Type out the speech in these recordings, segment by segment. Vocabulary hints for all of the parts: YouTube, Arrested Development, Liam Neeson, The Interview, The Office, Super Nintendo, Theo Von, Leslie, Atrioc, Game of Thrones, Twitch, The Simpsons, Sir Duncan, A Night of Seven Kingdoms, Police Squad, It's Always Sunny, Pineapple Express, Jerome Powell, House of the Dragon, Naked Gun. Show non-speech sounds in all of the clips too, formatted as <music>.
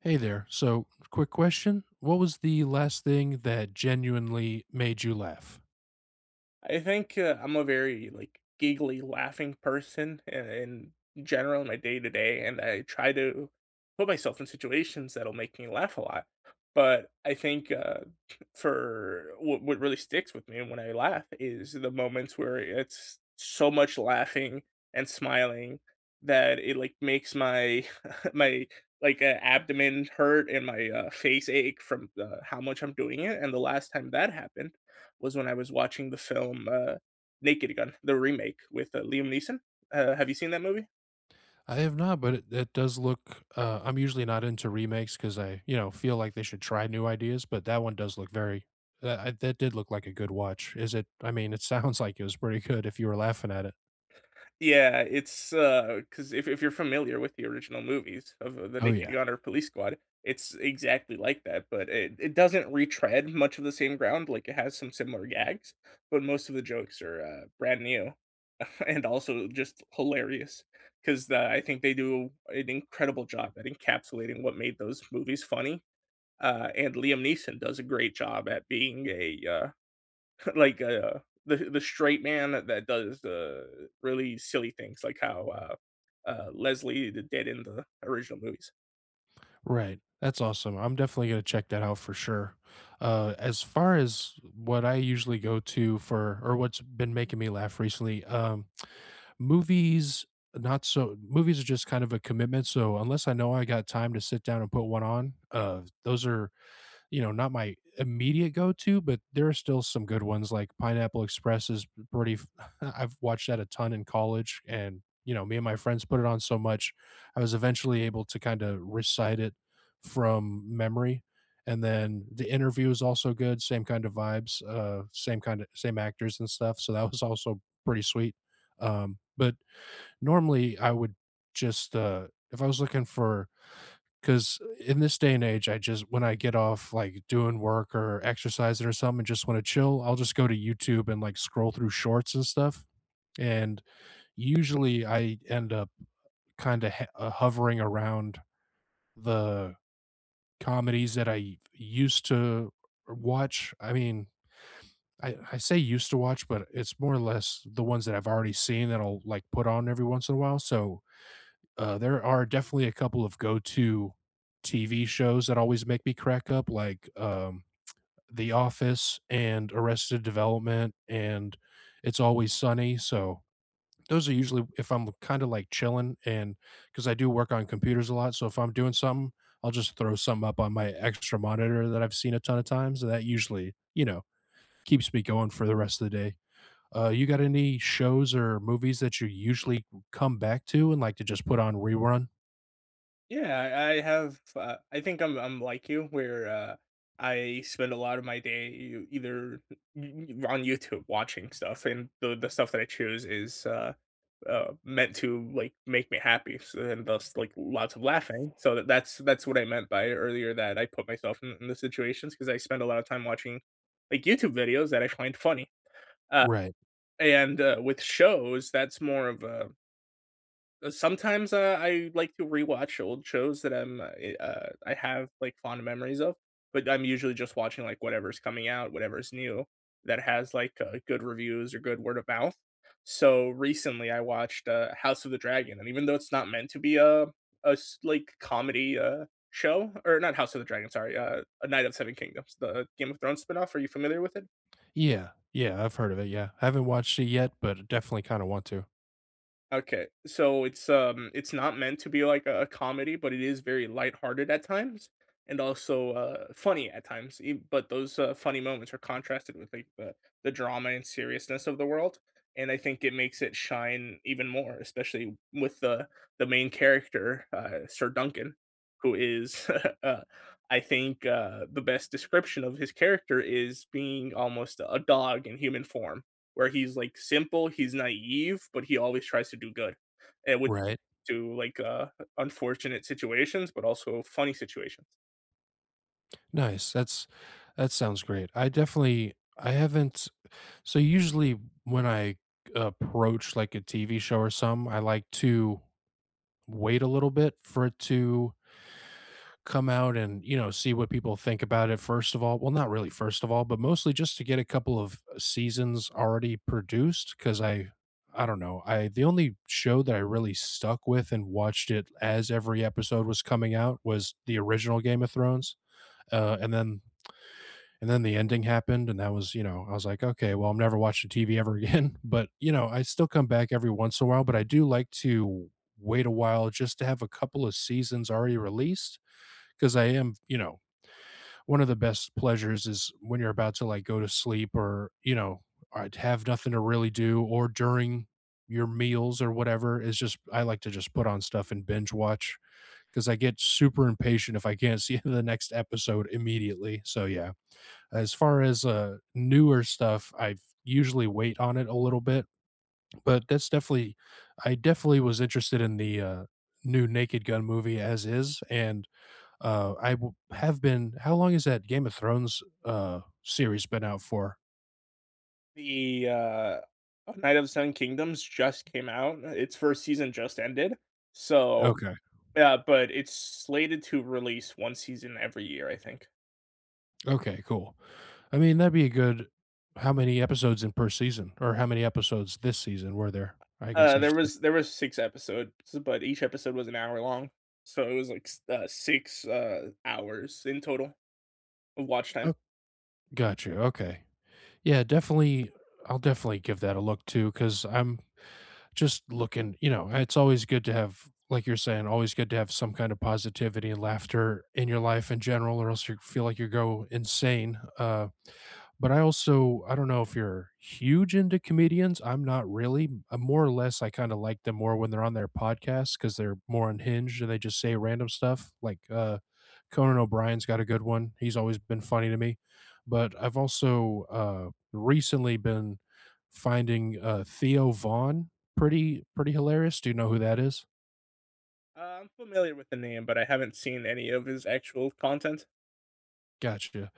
Hey there. So, quick question. What was the last thing that genuinely made you laugh? I think, I'm a very, like, giggly, laughing person I in general in my day to day, and I try to put myself in situations that'll make me laugh a lot. But I think, for what really sticks with me when I laugh is the moments where it's so much laughing and smiling that it, like, makes my <laughs> my, like, abdomen hurt and my, face ache from, how much I'm doing it, and the last time that happened, was when I was watching the film Naked Gun, the remake with Liam Neeson. Have you seen that movie? I have not, but it does look. I'm usually not into remakes because I, you know, feel like they should try new ideas. But that one does look very. That did look like a good watch. Is it? I mean, it <laughs> sounds like it was pretty good if you were laughing at it. Yeah, it's because if you're familiar with the original movies of the Oh Naked yeah. Gun or Police Squad, it's exactly like that, but it doesn't retread much of the same ground. Like it has some similar gags, but most of the jokes are brand new <laughs> and also just hilarious because I think they do an incredible job at encapsulating what made those movies funny. And Liam Neeson does a great job at being a <laughs> like the straight man that does the really silly things, like how Leslie did in the original movies. Right. That's awesome. I'm definitely going to check that out for sure. As far as what I usually go to for, or what's been making me laugh recently, movies, not so movies are just kind of a commitment, so unless I know I got time to sit down and put one on, those are, you know, not my immediate go-to, but there are still some good ones, like Pineapple Express is pretty f <laughs> I've watched that a ton in college, and, you know, me and my friends put it on so much, I was eventually able to kinda recite it from memory, and then The Interview is also good, same kind of vibes, same kinda same actors and stuff, so that was also pretty sweet, but normally, I would just, if I was looking for, because in this day and age, I just when I get off like doing work or exercising or something and just want to chill, I'll just go to YouTube and like scroll through shorts and stuff. And usually I end up kind of hovering around the comedies that I used to watch. I mean, I say used to watch, but it's more or less the ones that I've already seen that I'll like put on every once in a while. So there are definitely a couple of go-to TV shows that always make me crack up, like, The Office and Arrested Development and It's Always Sunny, so those are usually if I'm kinda, like, chilling, and because I do work on computers a lot, so if I'm doing something, I'll just throw something up on my extra monitor that I've seen a ton of times, and that usually, you know, keeps me going for the rest of the day. You got any shows or movies that you usually come back to and like to just put on rerun? Yeah, I have. I think I'm like you, where I spend a lot of my day either on YouTube watching stuff, and the stuff that I choose is meant to, like, make me happy, so, and thus like lots of laughing. So that's what I meant by earlier, that I put myself in the situations, because I spend a lot of time watching like YouTube videos that I find funny. Uh, Right. and With shows, that's more of a sometimes I like to rewatch old shows that I have like fond memories of, but I'm usually just watching like whatever's coming out, whatever's new that has like good reviews or good word of mouth. So recently, I watched House of the Dragon, and even though it's not meant to be a like comedy show, or not House of the Dragon, sorry, A Night of Seven Kingdoms, the Game of Thrones spinoff. Are you familiar with it? Yeah. Yeah, I've heard of it, yeah. I haven't watched it yet, but definitely kinda want to. Okay, so it's not meant to be like a comedy, but it is very lighthearted at times and also, funny at times, e but those, funny moments are contrasted with, like, the drama and seriousness of the world, and I think it makes it shine even more, especially with the main character, Sir Duncan, who is, <laughs> uh, I think, the best description of his character is being almost a dog in human form, where he's like simple, he's naive, but he always tries to do good, and with Right. to like unfortunate situations, but also funny situations. Nice, that's that sounds great. I definitely I haven't, so usually when I approach, like, a TV show or some, I like to wait a little bit for it to come out and you know see what people think about it first of all, well not really first of all but mostly just to get a couple of seasons already produced because I don't know, I the only show that I really stuck with and watched it as every episode was coming out was the original Game of Thrones, and then and then the ending happened and that was you know I was like okay well I'm never watching TV ever again <laughs> but you know I still come back every once in a while but I do like to wait a while just to have a couple of seasons already released because I am you know one of the best pleasures is when you're about to like go to sleep or you know or have nothing to really do or during your meals or whatever is just I like to just put on stuff and binge watch because I get super impatient if I can't see <laughs> the next episode immediately. So yeah, as far as newer stuff, I usually wait on it a little bit, but that's definitely I definitely was interested in the new Naked Gun movie as is and I w have been how long has that Game of Thrones, series been out for? The Night of the Seven Kingdoms just came out; its first season just ended, so Okay. yeah, but it's slated to release one season every year, I think. Okay, cool. I mean, that'd be a good how many episodes in per season? Or how many episodes this season were there? I guess I There should say. was 6 episodes, but each episode was an hour long, so it was like 6 hours in total of watch time. Oh, got you, okay. Yeah, definitely I'll definitely give that a look too, because 'cause I'm just looking you know, it's always good to have like you're saying, always good to have some kind of positivity and laughter in your life in general or else you feel like you go insane, but I also I don't know if you're huge into comedians, I'm not really. I'm more or less I kinda like them more when they're on their podcasts because 'cause they're more unhinged and they just say random stuff, like, Conan O'Brien's got a good one, he's always been funny to me. But I've also, recently been finding, Theo Von pretty hilarious. Do you know who that is? I'm familiar with the name, but I haven't seen any of his actual content. Gotcha.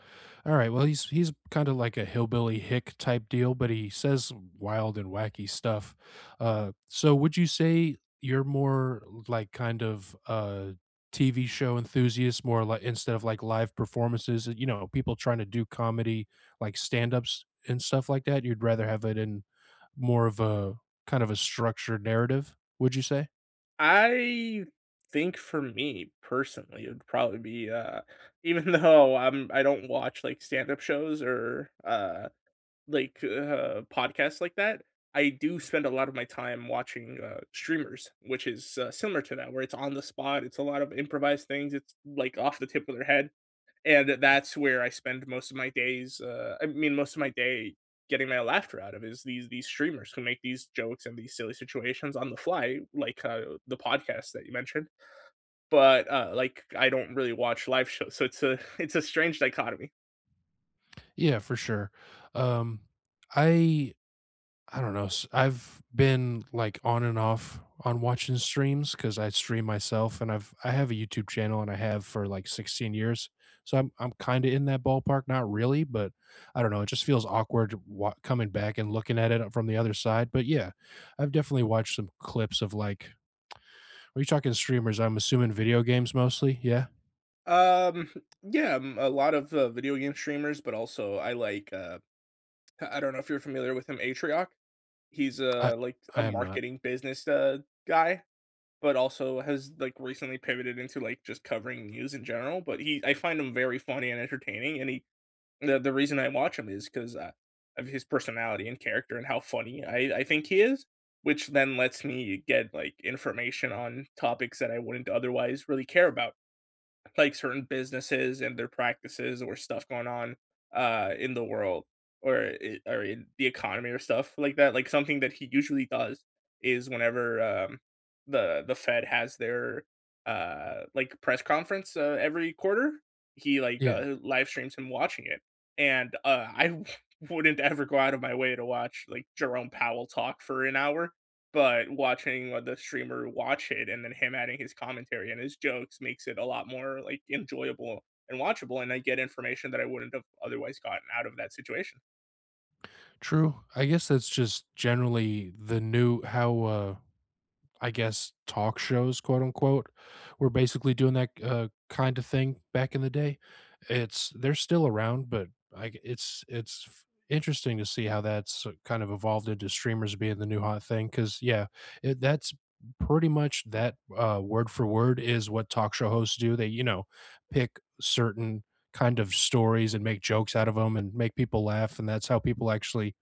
All right. Well, he's kind of like a hillbilly hick type deal, but he says wild and wacky stuff. So, would you say you're more like kind of a TV show enthusiast, more like instead of like live performances? You know, people trying to do comedy, like stand ups and stuff like that. You'd rather have it in more of a kind of a structured narrative. Would you say? I think for me personally, it would probably be <laughs> even though I don't watch like stand up shows or podcasts like that. I do spend a lot of my time watching streamers, which is similar to that, where it's on the spot. It's a lot of improvised things. It's like off the tip of their head. And that's where I spend most of my days. I mean, most of my day getting my laughter out of is these streamers who make these jokes and these silly situations on the fly, like the podcast that you mentioned. But like, I don't really watch live shows, so it's a <laughs> it's a strange dichotomy. Yeah, for sure. Um, I I don't know. I've been like on and off on watching streams because I stream myself, and I have a YouTube channel, and I have for like 16 years. So I'm kind of in that ballpark, not really, but I don't know. It just feels awkward coming back and looking at it from the other side. But yeah, I've definitely watched some clips of like. Are you talking streamers? I'm assuming video games mostly. Yeah, Um, yeah, a lot of video game streamers, but also I like. I don't know if you're familiar with him, Atrioc. He's I like a I am not. marketing business guy, but also has like recently pivoted into like just covering news in general. But he, I find him very funny and entertaining, and he the reason I watch him is because of his personality and character, and how funny I think he is, which then lets me get like information on topics that I wouldn't otherwise really care about, like certain businesses and their practices, or stuff going on in the world, or or in the economy or stuff like that. Like something that he usually does is whenever the Fed has their like press conference every quarter, he like Yeah, live streams him watching it, and I <laughs> wouldn't ever go out of my way to watch like Jerome Powell talk for an hour, but watching what the streamer watch it and then him adding his commentary and his jokes makes it a lot more, like, enjoyable and watchable, and I get information that I wouldn't have otherwise gotten out of that situation. true. I guess that's just generally the new how. I guess talk shows, quote unquote, were basically doing that kind of thing back in the day. It's they're still around, but it's interesting to see how that's kind of evolved into streamers being the new hot thing. Because yeah, it, that's pretty much that word for word is what talk show hosts do. They you know pick certain kind of stories and make jokes out of them and make people laugh, and that's how people actually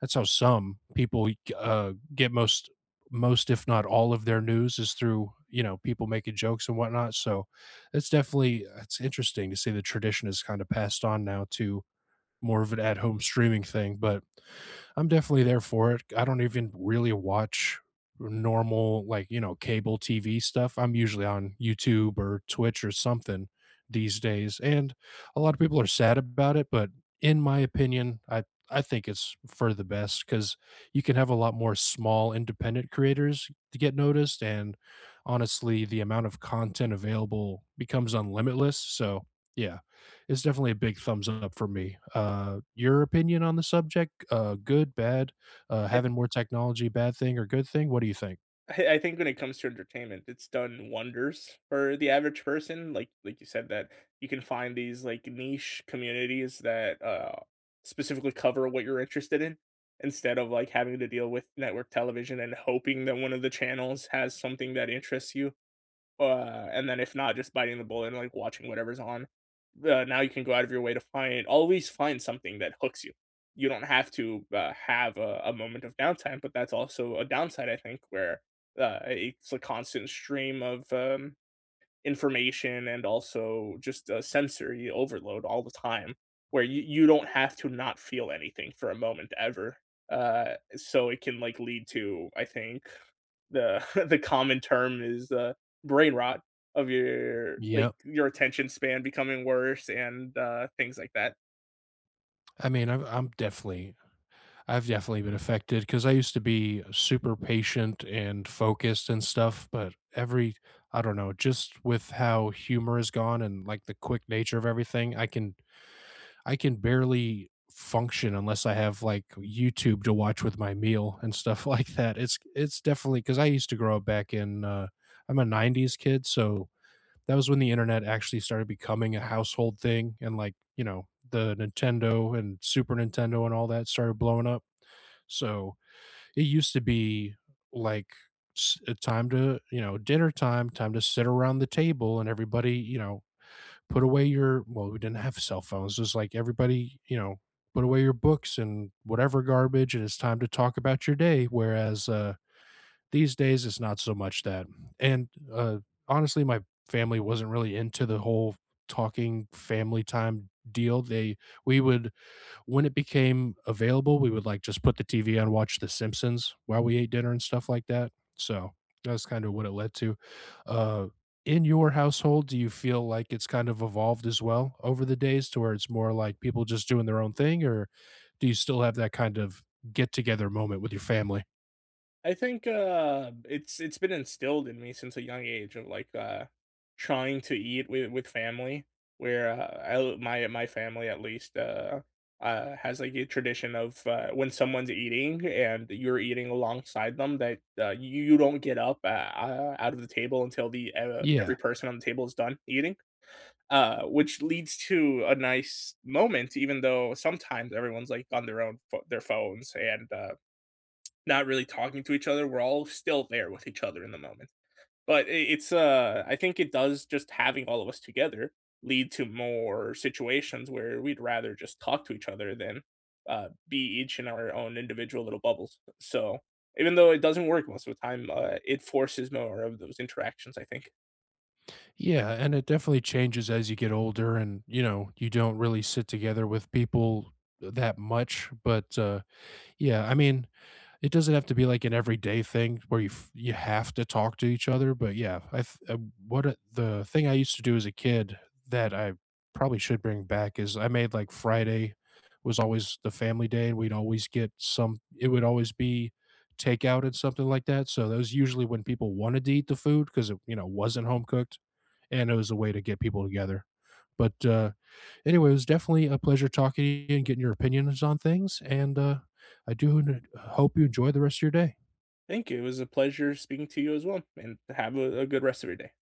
that's how some people get most most if not all of their news is through you know people making jokes and whatnot. So it's definitely it's interesting to see the tradition is kind of passed on now to more of an at home streaming thing, but I'm definitely there for it. I don't even really watch normal like, you know, cable TV stuff. I'm usually on YouTube or Twitch or something these days. And a lot of people are sad about it, but in my opinion, I think it's for the best cuz you can have a lot more small independent creators to get noticed and honestly, the amount of content available becomes unlimitless. So, yeah it's definitely a big thumbs up for me. Your opinion on the subject? Good, bad? I Having more technology, bad thing or good thing? What do you think? I think when it comes to entertainment, it's done wonders for the average person, like you said, that you can find these, like, niche communities that, specifically cover what you're interested in, instead of, like, having to deal with network television and hoping that one of the channels has something that interests you. And then if not, just biting the bullet and, like, watching whatever's on. Now you can go out of your way to find always find something that hooks you. You don't have to, have a moment of downtime, but that's also a downside, I think, where, it's a constant stream of, information, and also just a sensory overload all the time, where you don't have to not feel anything for a moment ever. So it can, like, lead to, I think the <laughs> the common term is, brain rot, of your like, Yep. your attention span becoming worse, and, things like that. I mean, I'm definitely, I've definitely been affected because I used to be super patient and focused and stuff, but every, I don't know, just with how humor is gone and like the quick nature of everything, I can barely function unless I have like YouTube to watch with my meal and stuff <laughs> like that. It's definitely because I used to grow up back in I'm a '90s kid, so that was when the internet actually started becoming a household thing, and like you know the Nintendo and Super Nintendo and all that started blowing up. So it used to be like a time to you know dinner time, time to sit around the table and everybody you know put away your well we didn't have cell phones just like everybody you know put away your books and whatever garbage and it's time to talk about your day whereas these days it's not so much that and honestly my family wasn't really into the whole talking family time deal they we would when it became available, we would like just put the TV on, watch The Simpsons while we ate dinner and stuff like that. So that's kind of what it led to. Uh, in your household, do you feel like it's kind of evolved as well over the days to where it's more like people just doing their own thing, or do you still have that kind of get together moment with your family? I think, it's been instilled in me since a young age of, like, trying to eat with family, where, I my family, at least, has, like, a tradition of, when someone's eating and you're eating alongside them, that, you you don't get up, out of the table until every Yeah. person on the table is done eating. Uh, which leads to a nice moment, even though sometimes everyone's like on their own their phones, and not really talking to each other. We're all still there with each other in the moment, but it's I think it does, just having all of us together, lead to more situations where we'd rather just talk to each other than be each in our own individual little bubbles. So even though it doesn't work most of the time, it forces more of those interactions, I think. Yeah. And it definitely changes as you get older and, you know, you don't really sit together with people that much. But yeah, I mean, it doesn't have to be like an everyday thing where you have to talk to each other but yeah what the thing I used to do as a kid that I probably should bring back is I made like Friday was always the family day and we'd always get some it would always be takeout and something like that so that was usually when people wanted to eat the food because it you know wasn't home cooked and it was a way to get people together but anyway, it was definitely a pleasure talking to you and getting your opinions on things. And I do hope you enjoy the rest of your day. Thank you. It was a pleasure speaking to you as well, and have a good rest of your day.